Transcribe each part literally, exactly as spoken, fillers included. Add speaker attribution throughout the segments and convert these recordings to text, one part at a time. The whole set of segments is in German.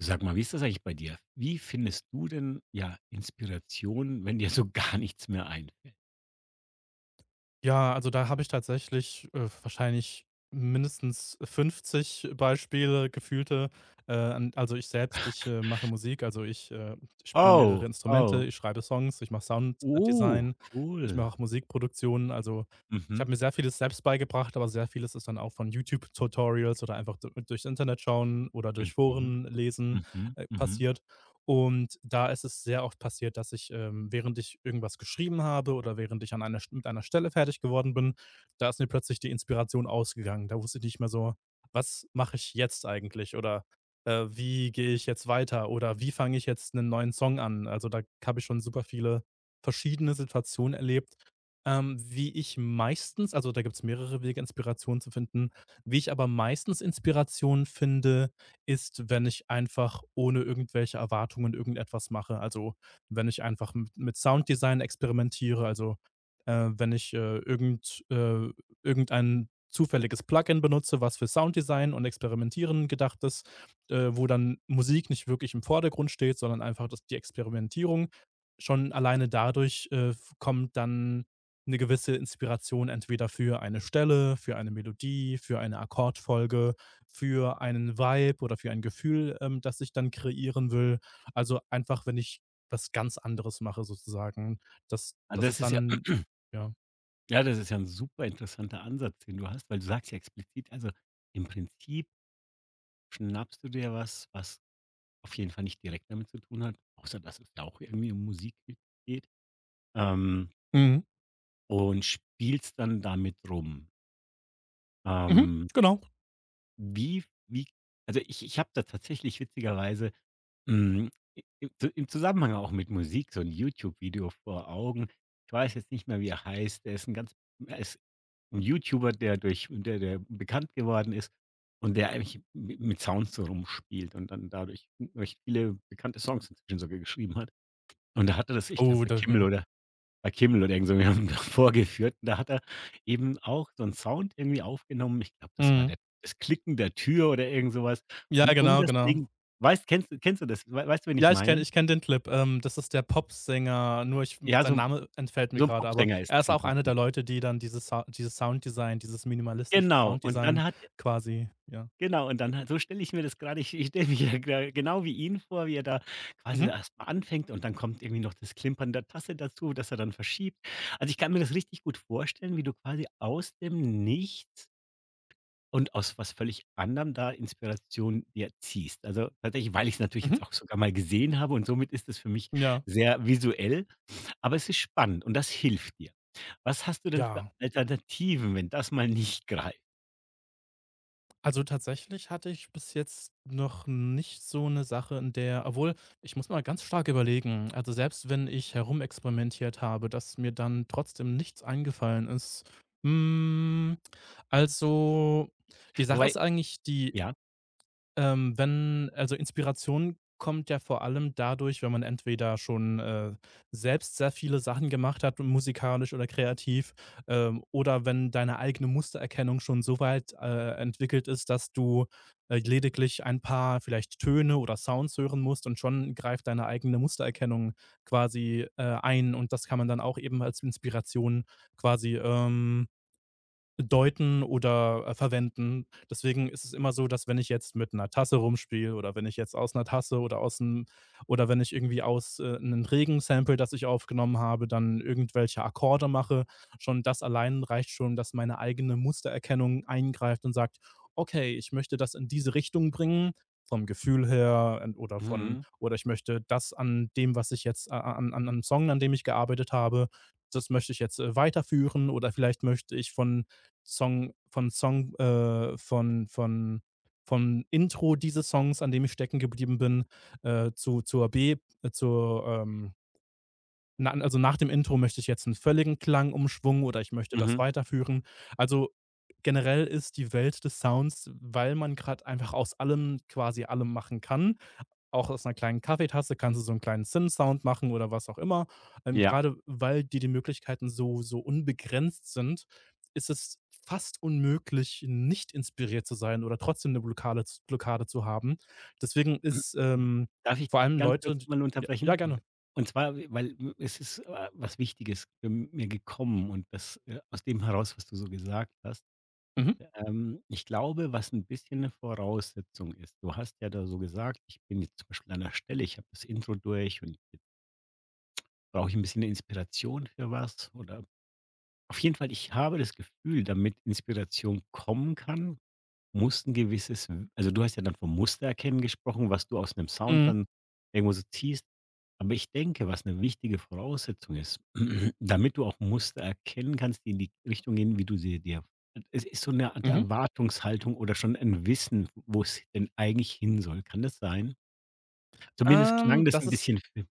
Speaker 1: Sag mal, wie ist das eigentlich bei dir? Wie findest du denn, ja, Inspiration, wenn dir so gar nichts mehr einfällt?
Speaker 2: Ja, also da habe ich tatsächlich, äh, wahrscheinlich mindestens fünfzig Beispiele, gefühlte. Äh, an Also ich selbst, ich, äh, mache Musik, also ich, äh, spiele
Speaker 1: Oh,
Speaker 2: mehrere Instrumente,
Speaker 1: oh,
Speaker 2: ich schreibe Songs, ich mache
Speaker 1: oh,
Speaker 2: Sounddesign, ich mache
Speaker 1: cool.
Speaker 2: auch Musikproduktionen. Also, ich
Speaker 1: Mhm,
Speaker 2: habe mir sehr vieles selbst beigebracht, aber sehr vieles ist dann auch von YouTube-Tutorials oder einfach du durchs Internet schauen oder durch
Speaker 1: mhm,
Speaker 2: Foren lesen,
Speaker 1: mhm,
Speaker 2: äh,
Speaker 1: mhm.
Speaker 2: passiert. Und da ist es sehr oft passiert, dass ich, ähm, während ich irgendwas geschrieben habe oder während ich an einer mit einer Stelle fertig geworden bin, da ist mir plötzlich die Inspiration ausgegangen. Da wusste ich nicht mehr so: „Was mache ich jetzt eigentlich?“ Oder, äh: „Wie gehe ich jetzt weiter?“ Oder: „Wie fange ich jetzt einen neuen Song an?“ Also, da habe ich schon super viele verschiedene Situationen erlebt, ähm, wie ich meistens also, da gibt es mehrere Wege, Inspiration zu finden. Wie ich aber meistens Inspiration finde, ist, wenn ich einfach ohne irgendwelche Erwartungen irgendetwas mache. Also, wenn ich einfach mit mit Sounddesign experimentiere, also, äh, wenn ich, äh, irgend äh, irgendein zufälliges Plugin benutze, was für Sounddesign und Experimentieren gedacht ist, äh, wo dann Musik nicht wirklich im Vordergrund steht, sondern einfach das die Experimentierung. Schon alleine dadurch, äh, f kommt dann eine gewisse Inspiration entweder für eine Stelle, für eine Melodie, für eine Akkordfolge, für einen Vibe oder für ein Gefühl, ähm, das ich dann kreieren will. Also, einfach, wenn ich was ganz anderes mache sozusagen, das
Speaker 1: Ah,
Speaker 2: das ist
Speaker 1: das ist ja
Speaker 2: dann ja.
Speaker 1: ja, das ist ja ein super interessanter Ansatz, den du hast, weil du sagst ja explizit, also, im Prinzip schnappst du dir was, was auf jeden Fall nicht direkt damit zu tun hat, außer dass es ja auch irgendwie um Musik geht, ähm,
Speaker 2: Mhm.
Speaker 1: und spielst dann damit rum.
Speaker 2: Mhm.
Speaker 1: Ähm
Speaker 2: Genau.
Speaker 1: Wie wie also, ich ich habe da tatsächlich witzigerweise, hm, i i zu im Zusammenhang auch mit Musik so ein YouTube-Video vor Augen. Ich weiß jetzt nicht mehr, wie er heißt. Der ist ein ganz er ist 'n YouTuber, der durch der der bekannt geworden ist und der eigentlich mi mit Sounds so rumspielt und dann dadurch recht viele bekannte Songs inzwischen sogar geschrieben hat. Und da hatte das, ich glaube,
Speaker 2: Oh,
Speaker 1: bei
Speaker 2: da
Speaker 1: Kimmel
Speaker 2: ja.
Speaker 1: oder bei Kimmel oder irgend so jemandem vorgeführt. Da hat er eben auch so 'n Sound irgendwie aufgenommen. Ich glaube, das war
Speaker 2: Mhm.
Speaker 1: der das Klicken der Tür oder irgend so was.
Speaker 2: Ja,
Speaker 1: Und um
Speaker 2: genau,
Speaker 1: das
Speaker 2: genau.
Speaker 1: Ding weißt kennst du kennst du das? Wei weißt du, wen ich
Speaker 2: Ja, ich kenne
Speaker 1: meine?
Speaker 2: ich kenne den Clip. Ähm, das ist der Popsänger, nur ich
Speaker 1: Ja,
Speaker 2: sein
Speaker 1: so 'n
Speaker 2: Name entfällt mir
Speaker 1: so 'n
Speaker 2: gerade. Aber
Speaker 1: Popsänger ist
Speaker 2: er
Speaker 1: das
Speaker 2: ist
Speaker 1: im
Speaker 2: auch einer der
Speaker 1: Prinzip.
Speaker 2: Leute, die dann dieses Sou dieses Sounddesign, dieses minimalistische
Speaker 1: Genau. Und
Speaker 2: Sounddesign
Speaker 1: dann hat
Speaker 2: quasi ja.
Speaker 1: genau, und dann hat so stelle ich mir das grade ich ich stelle mich ja gra genau wie ihn vor, wie er da quasi
Speaker 2: Mhm.
Speaker 1: erst mal anfängt und dann kommt irgendwie noch das Klimpern der Tasse dazu, dass er dann verschiebt. Also, ich kann mir das richtig gut vorstellen, wie du quasi aus dem Nichts und aus was völlig anderem da Inspiration dir ziehst. Also, tatsächlich, weil ich es natürlich
Speaker 2: Mhm.
Speaker 1: jetzt auch sogar mal gesehen habe und somit ist es für mich
Speaker 2: Ja.
Speaker 1: sehr visuell, aber es ist spannend und das hilft dir. Was hast du denn für
Speaker 2: Ja.
Speaker 1: Alternativen, wenn das mal nicht greift?
Speaker 2: Also tatsächlich hatte ich bis jetzt noch nicht so eine Sache, in der obwohl, ich muss mal ganz stark überlegen. Also, selbst wenn ich herumexperimentiert habe, dass mir dann trotzdem nichts eingefallen ist. Hm, also, die Sache ist
Speaker 1: Wobei
Speaker 2: eigentlich die,
Speaker 1: ja,
Speaker 2: ähm, wenn also, Inspiration kommt ja vor allem dadurch, wenn man entweder schon, äh, selbst sehr viele Sachen gemacht hat, musikalisch oder kreativ, ähm, oder wenn deine eigene Mustererkennung schon so weit, äh, entwickelt ist, dass du, äh, lediglich ein paar vielleicht Töne oder Sounds hören musst und schon greift deine eigene Mustererkennung quasi, äh, ein, und das kann man dann auch eben als Inspiration quasi, ähm deuten oder, äh, verwenden. Deswegen ist es immer so, dass wenn ich jetzt mit einer Tasse rumspiele oder wenn ich jetzt aus einer Tasse oder aus einem oder wenn ich irgendwie aus, äh, 'nen Regensample, das ich aufgenommen habe, dann irgendwelche Akkorde mache, schon das allein reicht schon, dass meine eigene Mustererkennung eingreift und sagt: „Okay, ich möchte das in diese Richtung bringen vom Gefühl her en oder von
Speaker 1: mhm,
Speaker 2: oder ich möchte das an dem, was ich jetzt a an an 'nem Song, an dem ich gearbeitet habe, das möchte ich jetzt, äh, weiterführen, oder vielleicht möchte ich von Song von Song äh, von von vom Intro dieses Songs, an dem ich stecken geblieben bin, äh, zu zur B äh, zur, ähm na also, nach dem Intro möchte ich jetzt einen völligen Klangumschwung oder ich möchte das
Speaker 1: mhm,
Speaker 2: weiterführen. Also, generell ist die Welt des Sounds, weil man gerade einfach aus allem quasi allem machen kann, auch aus 'ner kleinen Kaffeetasse kannst du so 'n kleinen Sim-Sound machen oder was auch immer. Ähm,
Speaker 1: ja.
Speaker 2: grade weil dir die Möglichkeiten so so unbegrenzt sind, ist es fast unmöglich, nicht inspiriert zu sein oder trotzdem 'ne Blockade z Blockade zu haben. Deswegen ist, ähm,
Speaker 1: Darf ich
Speaker 2: vor
Speaker 1: dich
Speaker 2: allem
Speaker 1: ganz
Speaker 2: Leute
Speaker 1: kurz
Speaker 2: d
Speaker 1: mal
Speaker 2: ja, ja
Speaker 1: unterbrechen?
Speaker 2: gerne.
Speaker 1: Und zwar, weil es ist, äh, was Wichtiges für mir gekommen und das, äh, aus dem heraus, was du so gesagt hast.
Speaker 2: Mhm,
Speaker 1: Ähm, ich glaube, was ein bisschen eine Voraussetzung ist du hast ja da so gesagt: „Ich bin jetzt zum Beispiel an 'ner Stelle, ich habe das Intro durch und brauche ich 'n bisschen 'ne Inspiration für was“ oder auf jeden Fall, ich habe das Gefühl, damit Inspiration kommen kann muss 'n gewisses also, du hast ja dann vom Muster erkennen gesprochen, was du aus einem Sound
Speaker 2: mhm,
Speaker 1: dann irgendwo so ziehst. Aber ich denke, was eine wichtige Voraussetzung ist, damit du auch Muster erkennen kannst, die in die Richtung gehen, wie du sie dir es ist so eine Art
Speaker 2: mhm.
Speaker 1: Erwartungshaltung oder schon ein Wissen, wo es denn eigentlich hin soll. Kann das sein? Zumindest
Speaker 2: Ähm,
Speaker 1: klang das
Speaker 2: das
Speaker 1: ein
Speaker 2: ist
Speaker 1: bisschen f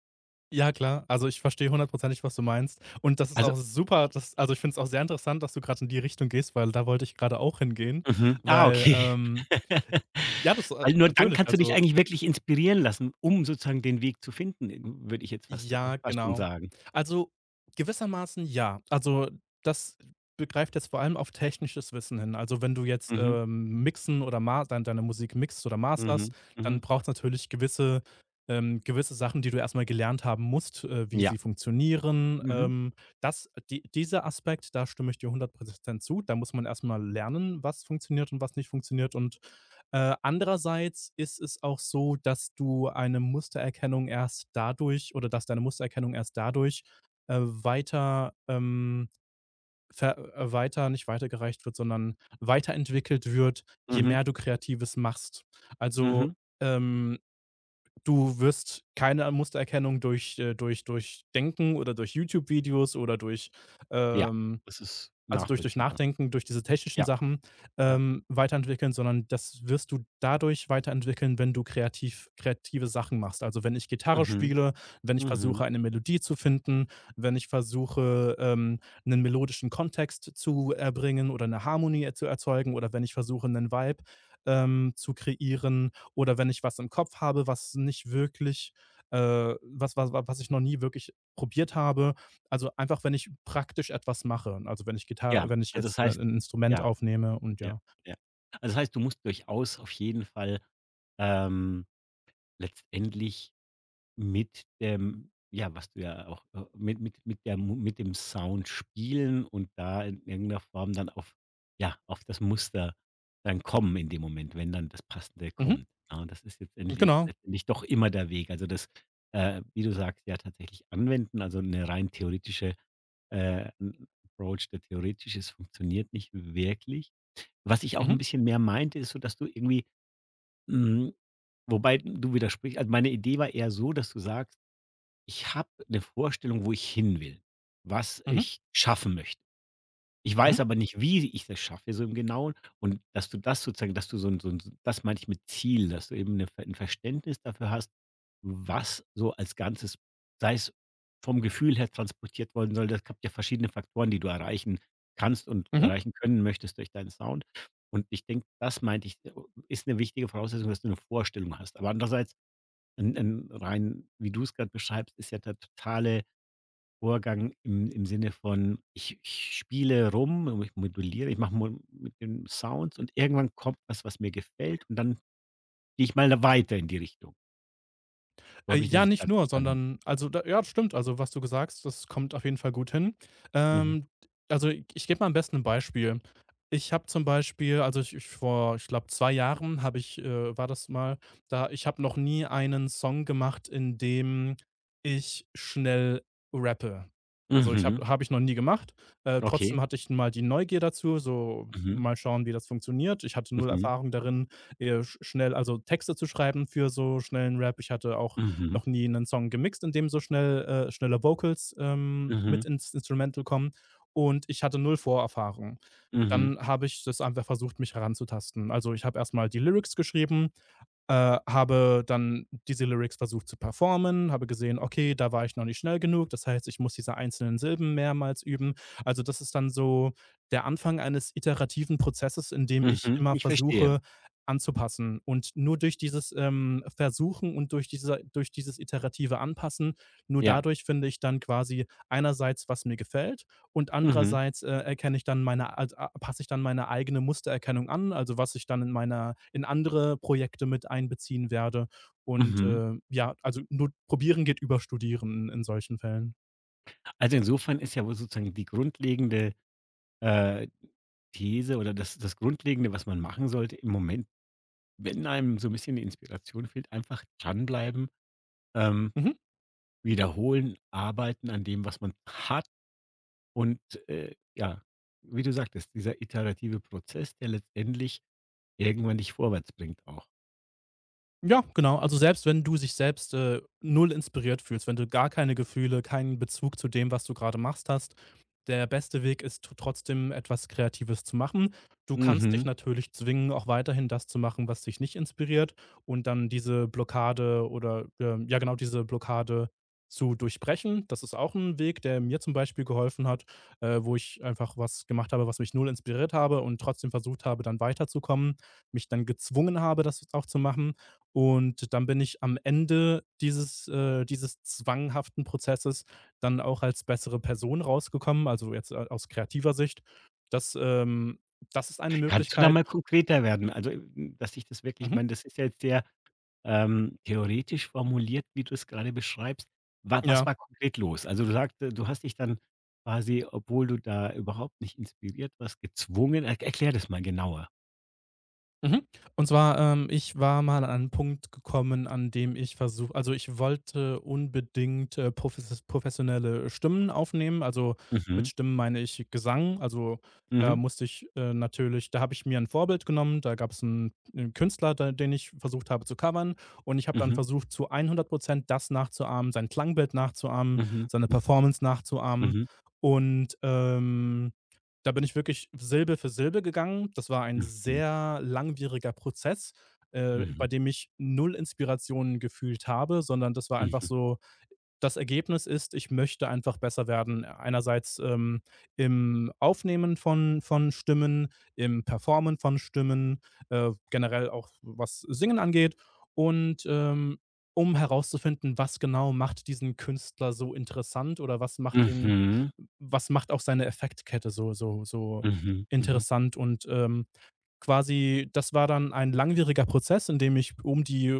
Speaker 2: ja klar. Also, ich verstehe hundertprozentig, was du meinst. Und das ist
Speaker 1: also
Speaker 2: auch super, dass also, ich finde es auch sehr interessant, dass du grad in die Richtung gehst, weil da wollte ich grade auch hingehen,
Speaker 1: mhm. Ah,
Speaker 2: weil,
Speaker 1: okay.
Speaker 2: ähm ja, das, äh
Speaker 1: Weil nur dann
Speaker 2: natürlich,
Speaker 1: kannst du dich
Speaker 2: also
Speaker 1: eigentlich wirklich inspirieren lassen, um sozusagen den Weg zu finden, äh, würde ich jetzt fast
Speaker 2: ja,
Speaker 1: fast schon
Speaker 2: genau.
Speaker 1: sagen.
Speaker 2: Also, gewissermaßen ja. Also, das begreift jetzt vor allem auf technisches Wissen hin. Also, wenn du jetzt,
Speaker 1: Mhm,
Speaker 2: ähm, mixen oder ma dein deine Musik mixt oder masterst,
Speaker 1: mhm,
Speaker 2: dann
Speaker 1: mhm.
Speaker 2: braucht's natürlich gewisse, ähm, gewisse Sachen, die du erstmal gelernt haben musst, äh, wie
Speaker 1: Ja.
Speaker 2: sie funktionieren.
Speaker 1: Mhm,
Speaker 2: Ähm, das die dieser Aspekt, da stimme ich dir hundert Prozent zu. Da muss man erstmal lernen, was funktioniert und was nicht funktioniert und äh, andererseits ist es auch so, dass du eine Mustererkennung erst dadurch oder dass deine Mustererkennung erst dadurch, äh, weiter, ähm, ver äh, weiter nicht weitergereicht wird, sondern weiterentwickelt wird, je
Speaker 1: mhm,
Speaker 2: mehr du Kreatives machst.
Speaker 1: mhm.
Speaker 2: Also, ähm, du wirst keine Mustererkennung durch, äh durch durch Denken oder durch YouTube-Videos oder durch,
Speaker 1: Ja,
Speaker 2: ähm
Speaker 1: das ist
Speaker 2: also, durch durch
Speaker 1: nachvollziehbar.
Speaker 2: Nachdenken, durch diese technischen
Speaker 1: Ja,
Speaker 2: Sachen,
Speaker 1: ja.
Speaker 2: ähm, weiterentwickeln, sondern das wirst du dadurch weiterentwickeln, wenn du kreativ kreative Sachen machst. Also, wenn ich Gitarre
Speaker 1: Mhm,
Speaker 2: spiele, wenn ich versuche,
Speaker 1: mhm.
Speaker 2: eine Melodie zu finden, wenn ich versuche, ähm, 'nen melodischen Kontext zu erbringen oder eine Harmonie e zu erzeugen oder wenn ich versuche, einen Vibe, ähm, zu kreieren, oder wenn ich was im Kopf habe, was nicht wirklich, äh was was was ich noch nie wirklich probiert habe, also, einfach, wenn ich praktisch etwas mache. Also, wenn ich Gitarre
Speaker 1: Ja,
Speaker 2: wenn ich
Speaker 1: also das
Speaker 2: jetzt, äh,
Speaker 1: heißt
Speaker 2: 'n Instrument
Speaker 1: ja,
Speaker 2: aufnehme und
Speaker 1: ja,
Speaker 2: ja.
Speaker 1: ja. Also das heißt, du musst durchaus auf jeden Fall, ähm, letztendlich mit dem ja, was du ja auch, äh, mit mit mit der Mu mit dem Sound spielen und da in irgendeiner Form dann auf ja, auf das Muster dann kommen in dem Moment, wenn dann das Passende
Speaker 2: Mhm,
Speaker 1: kommt. Ja, und das ist jetzt endle
Speaker 2: genau.
Speaker 1: letztendlich doch immer der Weg. Also, das, äh, wie du sagst, ja tatsächlich anwenden, also eine rein theoretische äh, 'n Approach, der theoretisch ist, funktioniert nicht wirklich. Was ich auch
Speaker 2: Mhm,
Speaker 1: ein bisschen mehr meinte, ist so, dass du irgendwie hm, wobei du widersprichst also, meine Idee war eher so, dass du sagst ich habe eine Vorstellung, wo ich hin will, was
Speaker 2: mhm,
Speaker 1: ich schaffen möchte. Ich
Speaker 2: mhm,
Speaker 1: weiß aber nicht, wie ich das schaffe so im Genauen und dass du das sozusagen dass du so ein so ein das meine ich mit Ziel, dass du eben 'ne Ver 'n Verständnis dafür hast, was so als Ganzes, sei es vom Gefühl her transportiert worden soll. Das gibt ja verschiedene Faktoren, die du erreichen kannst und
Speaker 2: mhm.
Speaker 1: erreichen können möchtest durch deinen Sound. Und ich denke, das meinte ich, äh, ist eine wichtige Voraussetzung, dass du eine Vorstellung hast. Aber andererseits ein 'n rein, wie du es gerade beschreibst, ist ja der totale Vorgang im im Sinne von, ich ich spiele rum ich moduliere, ich mache mo mit den Sounds und irgendwann kommt was, was mir gefällt und dann gehe ich mal da weiter in die Richtung. So
Speaker 2: Äh,
Speaker 1: habe ich das
Speaker 2: ja,
Speaker 1: jetzt
Speaker 2: nicht
Speaker 1: grad
Speaker 2: nur,
Speaker 1: verstanden.
Speaker 2: sondern also da ja, stimmt. Also, was du gesagt hast, das kommt auf jeden Fall gut hin.
Speaker 1: Mhm.
Speaker 2: Ähm, also, ich ich gebe mal am besten ein Beispiel. Ich habe zum Beispiel also, ich ich vor, ich glaube, zwei Jahren habe ich, äh, war das mal, da ich habe noch nie einen Song gemacht, in dem ich schnell rappe. Also, ich
Speaker 1: Mhm.
Speaker 2: habe habe ich noch nie gemacht. Äh,
Speaker 1: Okay.
Speaker 2: trotzdem hatte ich mal die Neugier dazu, so
Speaker 1: Mhm.
Speaker 2: mal schauen, wie das funktioniert. Ich hatte null
Speaker 1: Mhm.
Speaker 2: Erfahrung darin, äh, sch schnell also, Texte zu schreiben für so schnellen Rap. Ich hatte auch
Speaker 1: Mhm.
Speaker 2: noch nie einen Song gemixt, in dem so schnell äh, schnelle Vocals, ähm, mit
Speaker 1: Mhm.
Speaker 2: ins Instrumental kommen, und ich hatte null Vorerfahrung.
Speaker 1: Mhm.
Speaker 2: Dann habe ich das einfach versucht, mich heranzutasten. Also, ich habe erst mal die Lyrics geschrieben, äh, habe dann diese Lyrics versucht zu performen, habe gesehen, okay, da war ich noch nicht schnell genug. Das heißt, ich muss diese einzelnen Silben mehrmals üben. Also das ist dann so der Anfang eines iterativen Prozesses, in dem ich
Speaker 1: Mhm.
Speaker 2: immer
Speaker 1: Ich verstehe.
Speaker 2: versuche anzupassen. Und nur durch dieses, ähm, Versuchen und durch, dieser, durch dieses iterative Anpassen, nur
Speaker 1: Ja.
Speaker 2: dadurch finde ich dann quasi einerseits, was mir gefällt, und
Speaker 1: Mhm.
Speaker 2: andererseits, äh, erkenne ich dann meine also, a passe ich dann meine eigene Mustererkennung an, also, was ich dann in meiner in andere Projekte mit einbeziehen werde, und,
Speaker 1: Mhm.
Speaker 2: äh, ja, also, nur probieren geht über studieren in in solchen Fällen.
Speaker 1: Also, insofern ist ja wohl sozusagen die grundlegende, äh, These oder das das Grundlegende, was man machen sollte im Moment, wenn einem so ein bisschen die Inspiration fehlt, einfach dranbleiben, ähm
Speaker 2: Mhm.
Speaker 1: wiederholen, arbeiten an dem, was man hat und, äh, ja, wie du sagtest, dieser iterative Prozess, der letztendlich irgendwann dich vorwärts bringt auch.
Speaker 2: Ja, genau. Also selbst wenn du sich selbst, äh, null inspiriert fühlst, wenn du gar keine Gefühle, keinen Bezug zu dem, was du gerade machst, hast, der beste Weg ist t trotzdem etwas Kreatives zu machen. Du kannst dich
Speaker 1: Mhm.
Speaker 2: natürlich zwingen, auch weiterhin das zu machen, was dich nicht inspiriert, und dann diese Blockade oder, ähm ja genau, diese Blockade zu durchbrechen. Das ist auch ein Weg, der mir zum Beispiel geholfen hat, äh, wo ich einfach was gemacht habe, was mich null inspiriert habe und trotzdem versucht habe, dann weiterzukommen, mich dann gezwungen habe, das auch zu machen. Und dann bin ich am Ende dieses äh, dieses zwanghaften Prozesses dann auch als bessere Person rausgekommen, also jetzt a aus kreativer Sicht. Das, ähm, das ist eine
Speaker 1: Kannst du da
Speaker 2: Möglichkeit.
Speaker 1: mal konkreter werden? Also, hm, dass ich das wirklich ich
Speaker 2: Mhm.
Speaker 1: meine, das ist ja jetzt sehr, ähm, theoretisch formuliert, wie du es gerade beschreibst. Wa was
Speaker 2: Ja.
Speaker 1: war konkret los? Also, du sagte du hast dich dann quasi, obwohl du da überhaupt nicht inspiriert warst, gezwungen er erklär das mal genauer.
Speaker 2: Mhm. Und zwar, ähm, ich war mal an einen Punkt gekommen, an dem ich versuche also, ich wollte unbedingt, äh, profes professionelle Stimmen aufnehmen. Also, mit
Speaker 1: Mhm.
Speaker 2: Stimmen meine ich Gesang. Also, da
Speaker 1: Mhm.
Speaker 2: musste ich, äh, natürlich da habe ich mir ein Vorbild genommen. Da gab's 'n einen einen Künstler, da den ich versucht habe zu covern, und ich habe dann
Speaker 1: Mhm.
Speaker 2: versucht, zu hundert Prozent das nachzuahmen, sein Klangbild nachzuahmen,
Speaker 1: Mhm.
Speaker 2: seine Performance nachzuahmen
Speaker 1: Mhm.
Speaker 2: und, ähm da bin ich wirklich Silbe für Silbe gegangen. Das war ein
Speaker 1: Mhm. Mhm.
Speaker 2: sehr langwieriger Prozess, äh,
Speaker 1: Mhm.
Speaker 2: bei dem ich null Inspirationen gefühlt habe, sondern das war einfach
Speaker 1: Mhm.
Speaker 2: so das Ergebnis ist, ich möchte einfach besser werden. Einerseits, ähm, im Aufnehmen von von Stimmen, im Performen von Stimmen, äh, generell auch was Singen angeht, und, ähm, um herauszufinden, was genau macht diesen Künstler so interessant oder was macht den,
Speaker 1: Mhm.
Speaker 2: was macht auch seine Effektkette so so so
Speaker 1: Mhm. Mhm.
Speaker 2: interessant und, ähm quasi das war dann ein langwieriger Prozess, in dem ich um die,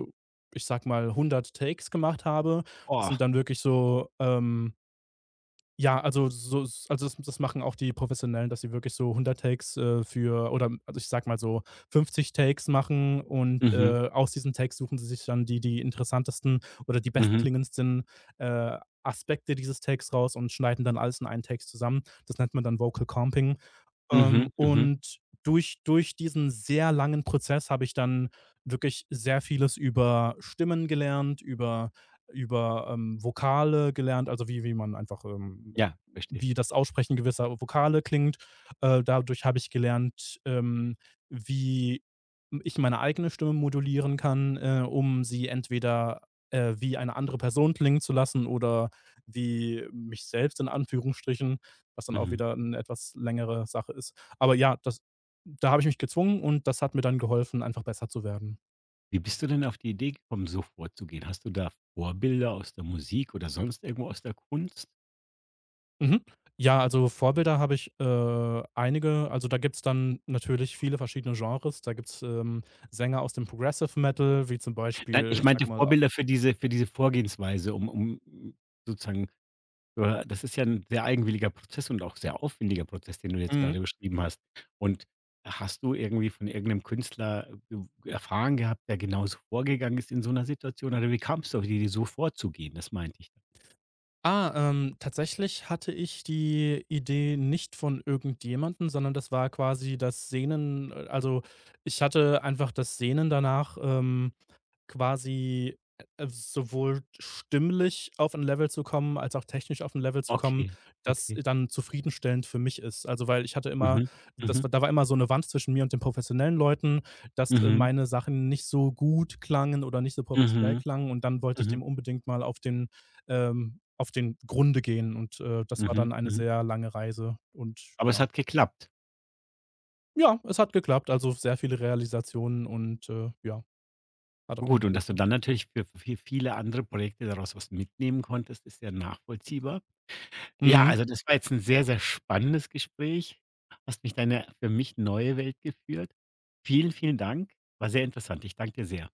Speaker 2: ich sag mal, hundert Takes gemacht habe. Das
Speaker 1: Oh.
Speaker 2: sind dann wirklich so, ähm ja, also so s also das das machen auch die Professionellen, dass sie wirklich so hundert Takes, äh, für oder also ich sage mal so fünfzig Takes machen, und,
Speaker 1: Mhm.
Speaker 2: äh, aus diesen Takes suchen sie sich dann die die interessantesten oder die
Speaker 1: Mhm.
Speaker 2: bestklingendsten, äh, Aspekte dieses Takes raus und schneiden dann alles in einen Take zusammen. Das nennt man dann Vocal Comping. Ähm,
Speaker 1: Mhm. Mhm.
Speaker 2: und durch durch diesen sehr langen Prozess habe ich dann wirklich sehr vieles über Stimmen gelernt, über über, ähm, Vokale gelernt, also wie wie man einfach, ähm
Speaker 1: Ja, verstehe.
Speaker 2: wie das Aussprechen gewisser Vokale klingt. Äh, dadurch habe ich gelernt, ähm, wie ich meine eigene Stimme modulieren kann, äh, um sie entweder, äh, wie eine andere Person klingen zu lassen oder wie mich selbst in Anführungsstrichen, was dann auch
Speaker 1: Mhm.
Speaker 2: wieder eine etwas längere Sache ist. Aber ja, das da habe ich mich gezwungen und das hat mir dann geholfen, einfach besser zu werden.
Speaker 1: Wie bist du denn auf die Idee gekommen, so vorzugehen? Hast du da Vorbilder aus der Musik oder sonst irgendwo aus der Kunst?
Speaker 2: Mhm. Ja, also Vorbilder habe ich, äh, einige. Also, da gibt's dann natürlich viele verschiedene Genres. Da gibt's, ähm, Sänger aus dem Progressive Metal, wie zum
Speaker 1: Nein,
Speaker 2: Beispiel,
Speaker 1: ich
Speaker 2: ich sag
Speaker 1: meinte
Speaker 2: mal
Speaker 1: Vorbilder für diese für diese Vorgehensweise, um um sozusagen Äh, das ist ja ein sehr eigenwilliger Prozess und auch sehr aufwendiger Prozess, den du jetzt
Speaker 2: mhm.
Speaker 1: gerade beschrieben hast. Und hast du irgendwie von irgendeinem Künstler gew erfahren gehabt, der genauso vorgegangen ist in so einer Situation? Oder wie kamst du auf die Idee, so vorzugehen? Das meinte ich.
Speaker 2: Ah, ähm, tatsächlich hatte ich die Idee nicht von irgendjemandem, sondern das war quasi das Sehnen, äh, also, ich hatte einfach das Sehnen danach, ähm quasi, äh, sowohl stimmlich auf ein Level zu kommen, als auch technisch auf ein Level zu kommen,
Speaker 1: Okay,
Speaker 2: das
Speaker 1: okay.
Speaker 2: dann zufriedenstellend für mich ist. Also, weil ich hatte immer
Speaker 1: Mhm.
Speaker 2: das
Speaker 1: Mhm.
Speaker 2: war da war immer so eine Wand zwischen mir und den professionellen Leuten, dass, äh,
Speaker 1: Mhm.
Speaker 2: meine Sachen nicht so gut klangen oder nicht so professionell
Speaker 1: Mhm.
Speaker 2: klangen, und dann wollte ich
Speaker 1: Mhm.
Speaker 2: dem unbedingt mal auf den, ähm, auf den Grunde gehen und, äh, das war dann
Speaker 1: Mhm.
Speaker 2: eine
Speaker 1: Mhm.
Speaker 2: sehr lange Reise und
Speaker 1: Aber es
Speaker 2: ja.
Speaker 1: hat geklappt.
Speaker 2: Ja, es hat geklappt, also sehr viele Realisationen und, äh, ja, hat auf jeden
Speaker 1: Gut,
Speaker 2: Fall
Speaker 1: und dass du
Speaker 2: geklappt.
Speaker 1: dann natürlich für für viele andere Projekte daraus was mitnehmen konntest, ist ja nachvollziehbar. Ja,
Speaker 2: Mhm.
Speaker 1: also das war jetzt ein sehr, sehr spannendes Gespräch. Hast mich in eine für mich neue Welt geführt. Vielen, vielen Dank. War sehr interessant. Ich danke dir sehr.